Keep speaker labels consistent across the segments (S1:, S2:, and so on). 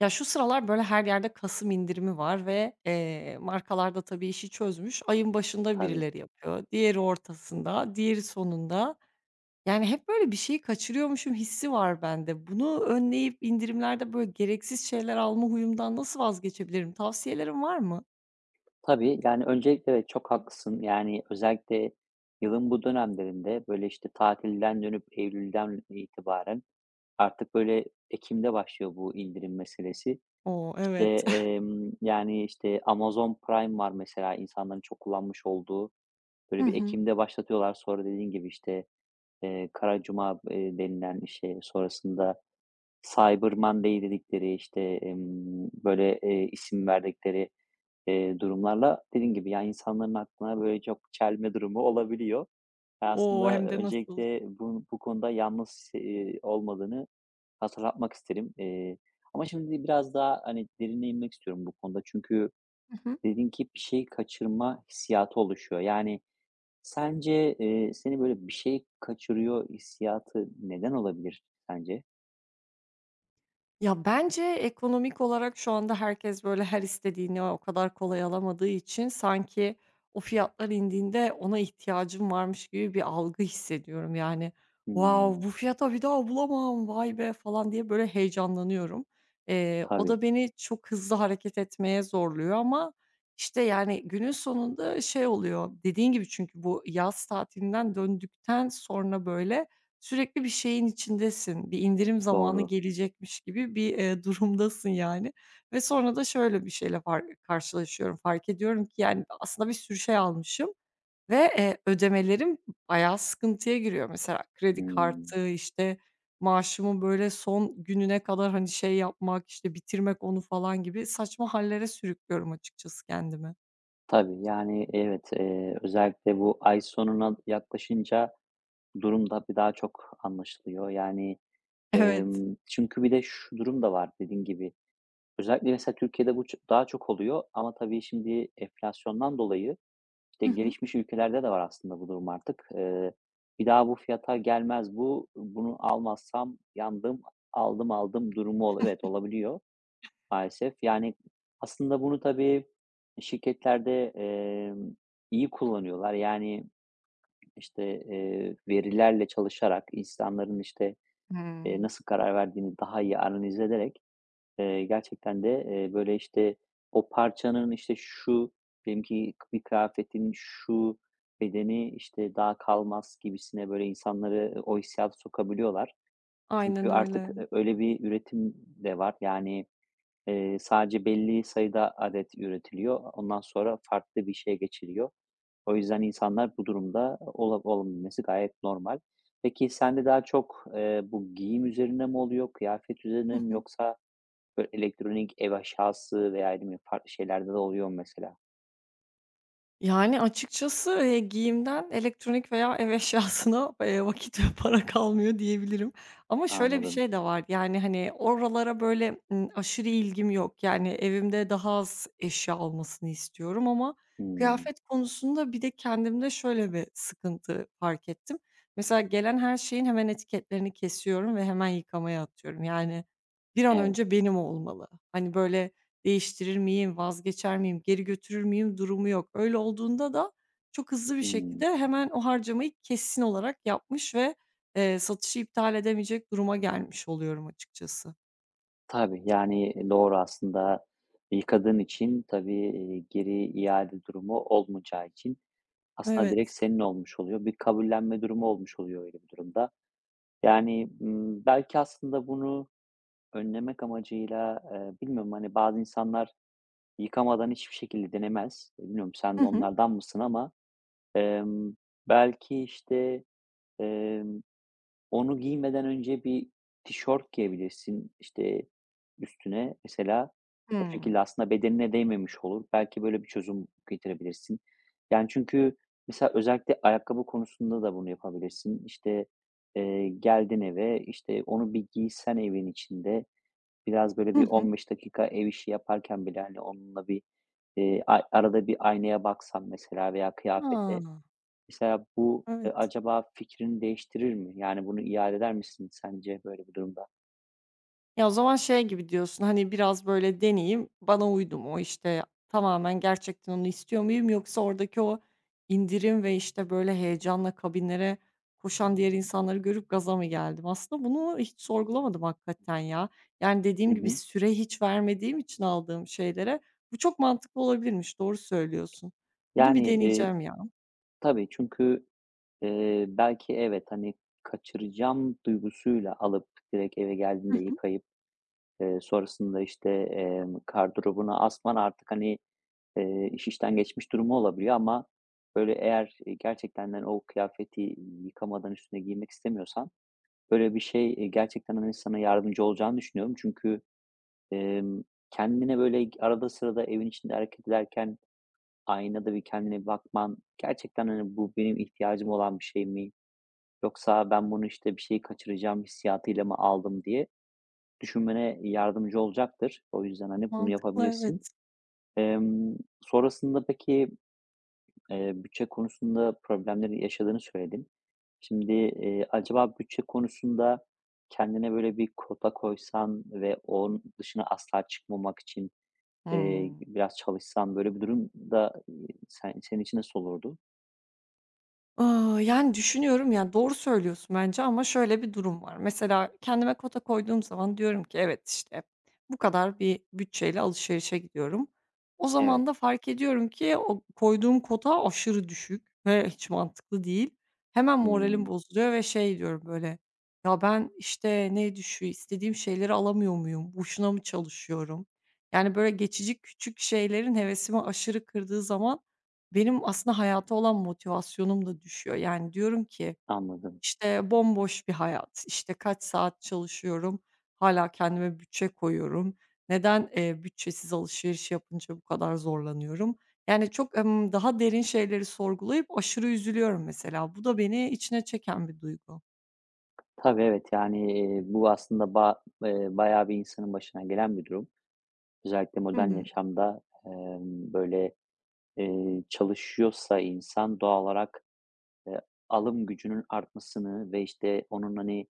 S1: Ya, şu sıralar, böyle, her yerde Kasım indirimi var ve markalar tabii işi çözmüş. Ayın başında
S2: Tabii.
S1: birileri yapıyor, diğeri ortasında, diğeri sonunda. Yani, hep böyle bir şeyi kaçırıyormuşum hissi var bende. Bunu önleyip indirimlerde, böyle, gereksiz şeyler alma huyumdan nasıl vazgeçebilirim? Tavsiyelerin var mı?
S2: Tabii, öncelikle evet, çok haklısın. Özellikle yılın bu dönemlerinde, tatilden dönüp eylülden itibaren artık, ekim'de başlıyor bu indirim meselesi.
S1: O, evet.
S2: Amazon Prime var mesela insanların çok kullanmış olduğu. Böyle
S1: Hı
S2: bir
S1: hı.
S2: ekim'de başlatıyorlar. Sonra dediğin gibi, Kara Cuma, denilen şey sonrasında Cyber Monday dedikleri, isim verdikleri durumlarla dediğin gibi, yani, insanların aklına böyle çok çelme durumu olabiliyor. Ben
S1: O,
S2: aslında
S1: hem de nasıl.
S2: öncelikle bu konuda yalnız olmadığını hatırlatmak isterim. Ama şimdi biraz daha, hani, derine inmek istiyorum bu konuda. Çünkü dedin ki bir şey kaçırma hissiyatı oluşuyor. Yani, sence, seni böyle bir şey kaçırıyor hissiyatı neden olabilir sence?
S1: Ya, bence ekonomik olarak şu anda herkes, böyle, her istediğini o kadar kolay alamadığı için sanki o fiyatlar indiğinde ona ihtiyacım varmış gibi bir algı hissediyorum. Yani,
S2: Hımm.
S1: wow, bu fiyata bir daha bulamam, vay be falan diye, böyle, heyecanlanıyorum. O
S2: Tabii,
S1: da beni çok hızlı hareket etmeye zorluyor ama, işte, yani, günün sonunda şey oluyor, dediğin gibi çünkü bu yaz tatilinden döndükten sonra, böyle, sürekli bir şeyin içindesin, bir indirim zamanı
S2: doğru.
S1: gelecekmiş gibi bir durumdasın yani ve sonra da şöyle bir şeyle far karşılaşıyorum, fark ediyorum ki yani aslında bir sürü şey almışım ve ödemelerim bayağı sıkıntıya giriyor. Mesela kredi
S2: Hımm.
S1: kartı, işte, maaşımın böyle son gününe kadar, hani, şey yapmak, işte, bitirmek onu falan gibi saçma hallere sürüklüyorum açıkçası kendimi.
S2: Tabii, yani, evet, özellikle bu ay sonuna yaklaşınca durum da bir daha çok anlaşılıyor.
S1: Evet.
S2: Çünkü bir de şu durum da var dediğin gibi. Özellikle mesela Türkiye'de bu ç daha çok oluyor ama tabii şimdi enflasyondan dolayı, işte,
S1: Hı hı.
S2: gelişmiş ülkelerde de var aslında bu durum artık. Bir daha bu fiyata gelmez bu, bunu almazsam yandım, aldım aldım durumu ol evet, olabiliyor. Maalesef. Yani, aslında bunu tabii şirketlerde, iyi kullanıyorlar. Yani, verilerle çalışarak insanların,
S1: Hımm.
S2: nasıl karar verdiğini daha iyi analiz ederek, gerçekten de, o parçanın, işte, şu diyelim ki bir kıyafetin şu bedeni, işte, daha kalmaz gibisine böyle insanları o hissiyata sokabiliyorlar. Çünkü
S1: Aynen
S2: artık,
S1: öyle.
S2: öyle bir üretim de var. Sadece belli sayıda adet üretiliyor. Ondan sonra farklı bir şeye geçiliyor. O yüzden insanlar bu durumda olabilmesi gayet normal. Peki sende daha çok, bu giyim üzerine mi oluyor, kıyafet
S1: Hı
S2: üzerine mi
S1: hı.
S2: yoksa böyle elektronik ev eşyası veya ne bileyim farklı şeylerde de oluyor mu mesela?
S1: Yani, açıkçası, giyimden elektronik veya ev eşyasına, vakit ve para kalmıyor diyebilirim. Ama şöyle bir
S2: Anladım.
S1: şey de var, yani, hani, oralara böyle, aşırı ilgim yok. Yani, evimde daha az eşya olmasını istiyorum ama
S2: Hımm.
S1: kıyafet konusunda bir de kendimde şöyle bir sıkıntı fark ettim. Mesela gelen her şeyin hemen etiketlerini kesiyorum ve hemen yıkamaya atıyorum. Yani, bir an
S2: Evet.
S1: önce benim olmalı. Hani, böyle, değiştirir miyim, vazgeçer miyim, geri götürür müyüm durumu yok. Öyle olduğunda da çok hızlı bir
S2: Hımm.
S1: şekilde hemen o harcamayı kesin olarak yapmış ve satışı iptal edemeyecek duruma gelmiş oluyorum açıkçası.
S2: Tabii, yani doğru aslında. Yıkadığın için tabii, geri iade durumu olmayacağı için aslında direkt
S1: Evet.
S2: senin olmuş oluyor. Bir kabullenme durumu olmuş oluyor öyle bir durumda. Yani, belki aslında bunu önlemek amacıyla, bilmiyorum, hani, bazı insanlar yıkamadan hiçbir şekilde denemez. Bilmiyorum sen
S1: Hı
S2: de
S1: hı.
S2: onlardan mısın ama, emm, belki, emm onu giymeden önce bir tişört giyebilirsin, işte, üstüne mesela. O
S1: Hımm.
S2: şekilde aslında bedenine değmemiş olur. Belki böyle bir çözüm getirebilirsin. Yani, çünkü mesela özellikle ayakkabı konusunda da bunu yapabilirsin. İşte, geldin eve, işte, onu bir giysen evin içinde, biraz böyle
S1: Hı
S2: bir
S1: hı.
S2: 15 dakika ev işi yaparken bile, hani, onunla bir, a arada bir aynaya baksan mesela veya kıyafete,
S1: A!
S2: mesela bu,
S1: Evet.
S2: acaba fikrini değiştirir mi? Yani bunu iade eder misin sence böyle bir durumda?
S1: Ya, o zaman şey gibi diyorsun, hani, biraz böyle deneyeyim, bana uydu mu, işte, tamamen gerçekten onu istiyor muyum yoksa oradaki o indirim ve, işte, böyle heyecanla kabinlere koşan diğer insanları görüp gaza mı geldim? Aslında bunu hiç sorgulamadım hakikaten ya. Yani, dediğim
S2: Hı
S1: gibi
S2: hı.
S1: süre hiç vermediğim için aldığım şeylere bu çok mantıklı olabilirmiş, doğru söylüyorsun. Bunu bir
S2: Yani,
S1: deneyeceğim ya.
S2: tabii çünkü, belki evet, hani, kaçıracağım duygusuyla alıp direkt eve
S1: Hı
S2: geldiğinde
S1: hı.
S2: yıkayıp, sonrasında, gardırobuna asman artık, hani, iş işten geçmiş durumu olabiliyor ama böyle eğer, gerçekten, hani, o kıyafeti yıkamadan üstüne giymek istemiyorsan böyle bir şey, gerçekten, hani, sana yardımcı olacağını düşünüyorum. Çünkü, Emm, kendine, böyle, arada sırada evin içinde hareket ederken aynada bir kendine bakman gerçekten, hani, bu benim ihtiyacım olan bir şey mi yoksa ben bunu, işte, bir şeyi kaçıracağım hissiyatıyla mı aldım diye düşünmene yardımcı olacaktır. O yüzden, hani, bunu
S1: Mantıklı, evet.
S2: yapabilirsin. Emm, sonrasında peki, bütçe konusunda problemleri yaşadığını söyledin. Şimdi, acaba bütçe konusunda kendine, böyle, bir kota koysan ve onun dışına asla çıkmamak için
S1: Hıı.
S2: biraz çalışsan böyle bir durumda, senin için nasıl olurdu?
S1: Aaa, yani, düşünüyorum, yani, doğru söylüyorsun bence ama şöyle bir durum var. Mesela kendime kota koyduğum zaman diyorum ki evet, işte, bu kadar bir bütçeyle alışverişe gidiyorum. O
S2: Evet.
S1: zaman da fark ediyorum ki o koyduğum kota aşırı düşük ve hiç mantıklı değil. Hemen moralim
S2: Hımm,
S1: bozuluyor ve şey diyorum böyle, "Ya, ben, işte, ne düşüyor, istediğim şeyleri alamıyor muyum, boşuna mı çalışıyorum?" Yani, böyle geçici küçük şeylerin hevesimi aşırı kırdığı zaman benim aslında hayata olan motivasyonum da düşüyor. Yani, diyorum ki,
S2: anladım.
S1: işte, bomboş bir hayat, işte, kaç saat çalışıyorum, hala kendime bütçe koyuyorum. Neden, bütçesiz alışveriş yapınca bu kadar zorlanıyorum? Yani, çok, daha derin şeyleri sorgulayıp aşırı üzülüyorum mesela. Bu da beni içine çeken bir duygu.
S2: Tabii, evet, yani, bu aslında ba bayağı bir insanın başına gelen bir durum. Özellikle modern
S1: Hımm.
S2: yaşamda, çalışıyorsa insan doğal olarak, eee, alım gücünün artmasını ve, işte, onun, hani,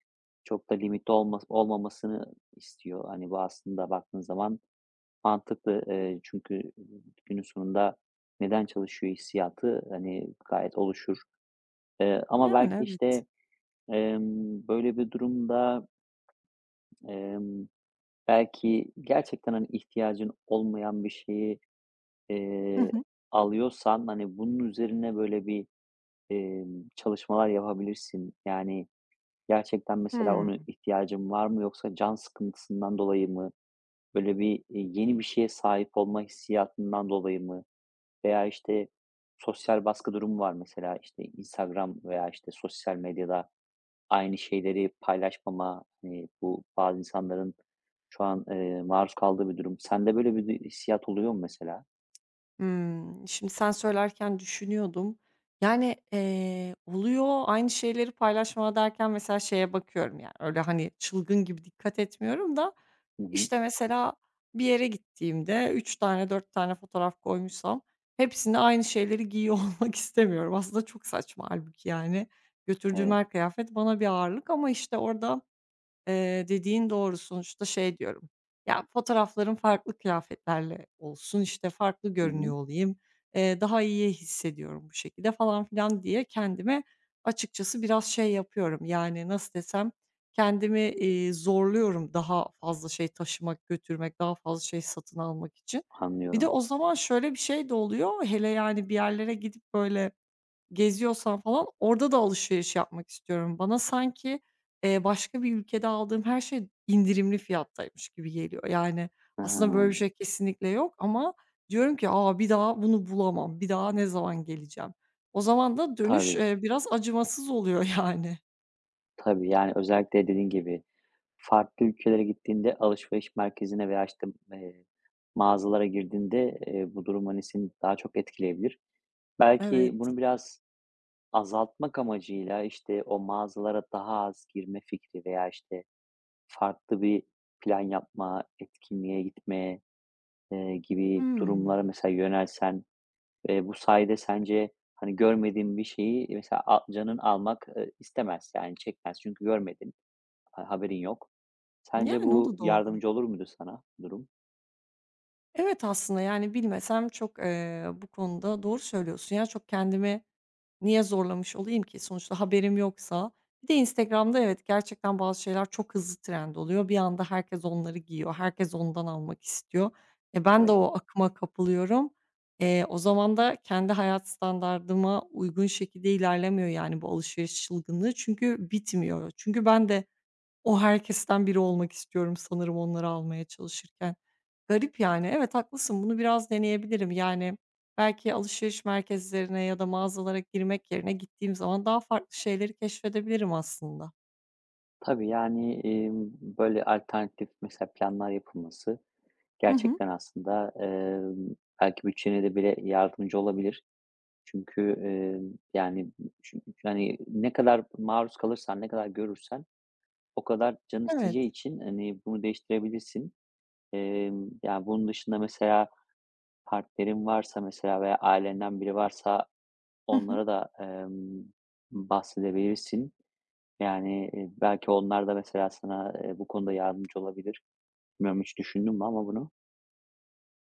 S2: çok da limitli olma olmamasını istiyor. Hani, bu aslında baktığın zaman mantıklı, çünkü günün sonunda neden çalışıyor hissiyatı, hani, gayet oluşur. Ama
S1: Yani,
S2: belki,
S1: evet.
S2: böyle bir durumda, emm, belki gerçekten, hani, ihtiyacın olmayan bir şeyi,
S1: Hı
S2: eee,
S1: hı.
S2: alıyorsan, hani, bunun üzerine böyle bir, çalışmalar yapabilirsin. Yani, gerçekten mesela
S1: Hıı.
S2: ona ihtiyacın var mı yoksa can sıkıntısından dolayı mı? Böyle bir, yeni bir şeye sahip olma hissiyatından dolayı mı? Veya, işte, sosyal baskı durumu var mesela. İşte Instagram veya, işte, sosyal medyada aynı şeyleri paylaşmama, hani, bu bazı insanların şu an, maruz kaldığı bir durum. Sende böyle bir du hissiyat oluyor mu mesela?
S1: Hımm. Şimdi sen söylerken düşünüyordum. Yani, oluyor, aynı şeyleri paylaşmama derken mesela şeye bakıyorum, yani, öyle, hani, çılgın gibi dikkat etmiyorum da,
S2: Hı hı.
S1: işte, mesela bir yere gittiğimde 3 tane 4 tane fotoğraf koymuşsam hepsinde aynı şeyleri giyiyor olmak istemiyorum. Aslında çok saçma hâlbuki, yani. Götürdüğüm
S2: Evet.
S1: her kıyafet bana bir ağırlık ama, işte, orada, dediğin doğru. Sonuçta şey diyorum, ya, fotoğraflarım farklı kıyafetlerle olsun, işte, farklı
S2: Hı
S1: görünüyor
S2: hı.
S1: olayım, daha iyi hissediyorum bu şekilde falan filan diye kendime açıkçası biraz şey yapıyorum, yani, nasıl desem, kendimi, zorluyorum daha fazla şey taşımak, götürmek, daha fazla şey satın almak için. Bir de
S2: Anlıyorum.
S1: o zaman şöyle bir şey de oluyor, hele, yani, bir yerlere gidip böyle geziyorsam falan orada da alışveriş yapmak istiyorum. Bana sanki, başka bir ülkede aldığım her şey indirimli fiyattaymış gibi geliyor. Yani,
S2: Ha.
S1: aslında böyle bir şey kesinlikle yok ama diyorum ki, aa bir daha bunu bulamam. Bir daha ne zaman geleceğim?" O zaman da dönüş,
S2: Tabii,
S1: eee, biraz acımasız oluyor yani.
S2: tabii. Yani, özellikle dediğin gibi farklı ülkelere gittiğinde alışveriş merkezine veya, eee, mağazalara girdiğinde, bu durum, hani, seni daha çok etkileyebilir. Belki
S1: Evet.
S2: bunu biraz azaltmak amacıyla, işte, o mağazalara daha az girme fikri veya, işte, farklı bir plan yapma, etkinliğe gitme, gibi durumlara
S1: Hımm.
S2: mesela yönelsen, bu sayede sence, hani, görmediğin bir şeyi mesela canın almak, istemez, yani, çekmez çünkü görmedin, ha haberin yok. Sence
S1: Yani, o
S2: bu
S1: da doğru.
S2: yardımcı olur muydu sana bu durum?
S1: Evet, aslında, yani, bilmesem çok, bu konuda doğru söylüyorsun. Yani çok kendimi niye zorlamış olayım ki? Sonuçta haberim yoksa. Bir de Instagram'da evet, gerçekten bazı şeyler çok hızlı trend oluyor. Bir anda herkes onları giyiyor. Herkes ondan almak istiyor. E, ben de
S2: Evet.
S1: o akıma kapılıyorum. O zaman da kendi hayat standardıma uygun şekilde ilerlemiyor yani bu alışveriş çılgınlığı çünkü bitmiyor. Çünkü ben de o herkesten biri olmak istiyorum sanırım onları almaya çalışırken. Garip yani. Evet, haklısın, bunu biraz deneyebilirim. Yani, belki alışveriş merkezlerine ya da mağazalara girmek yerine gittiğim zaman daha farklı şeyleri keşfedebilirim aslında.
S2: Tabii, yani, böyle alternatif mesela planlar yapılması
S1: Hı hı.
S2: gerçekten aslında, belki bütçene de bile yardımcı olabilir. Çünkü, emm, yani, çünkü, hani, ne kadar maruz kalırsan, ne kadar görürsen o kadar canın
S1: Evet.
S2: isteyeceği için, hani, bunu değiştirebilirsin. Ya, bunun dışında mesela partnerin varsa mesela veya ailenden biri varsa
S1: Hı hı.
S2: onlara da, bahsedebilirsin. Yani, belki onlar da mesela sana, bu konuda yardımcı olabilir. Bilmiyorum hiç düşündün mü ama bunu?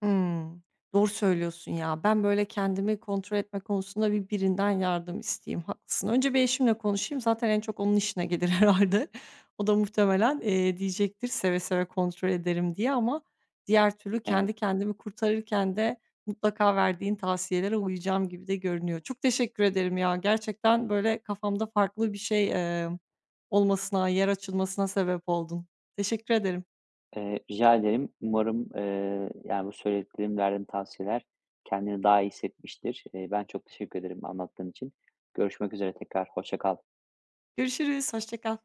S1: Hımm. Doğru söylüyorsun ya. Ben, böyle, kendimi kontrol etme konusunda bir birinden yardım isteyeyim. Haklısın. Önce bir eşimle konuşayım. Zaten en çok onun işine gelir herhâlde. O da muhtemelen, diyecektir seve seve kontrol ederim diye ama diğer türlü kendi
S2: Evet.
S1: kendimi kurtarırken de mutlaka verdiğin tavsiyelere uyacağım gibi de görünüyor. Çok teşekkür ederim ya. Gerçekten, böyle, kafamda farklı bir şey, emm, olmasına, yer açılmasına sebep oldun. Teşekkür ederim.
S2: Rica ederim. Umarım, yani, bu söylediklerim, verdiğim tavsiyeler kendini daha iyi hissetmiştir. Ben çok teşekkür ederim anlattığın için. Görüşmek üzere tekrar, hoşça kal.
S1: Görüşürüz, hoşça kal.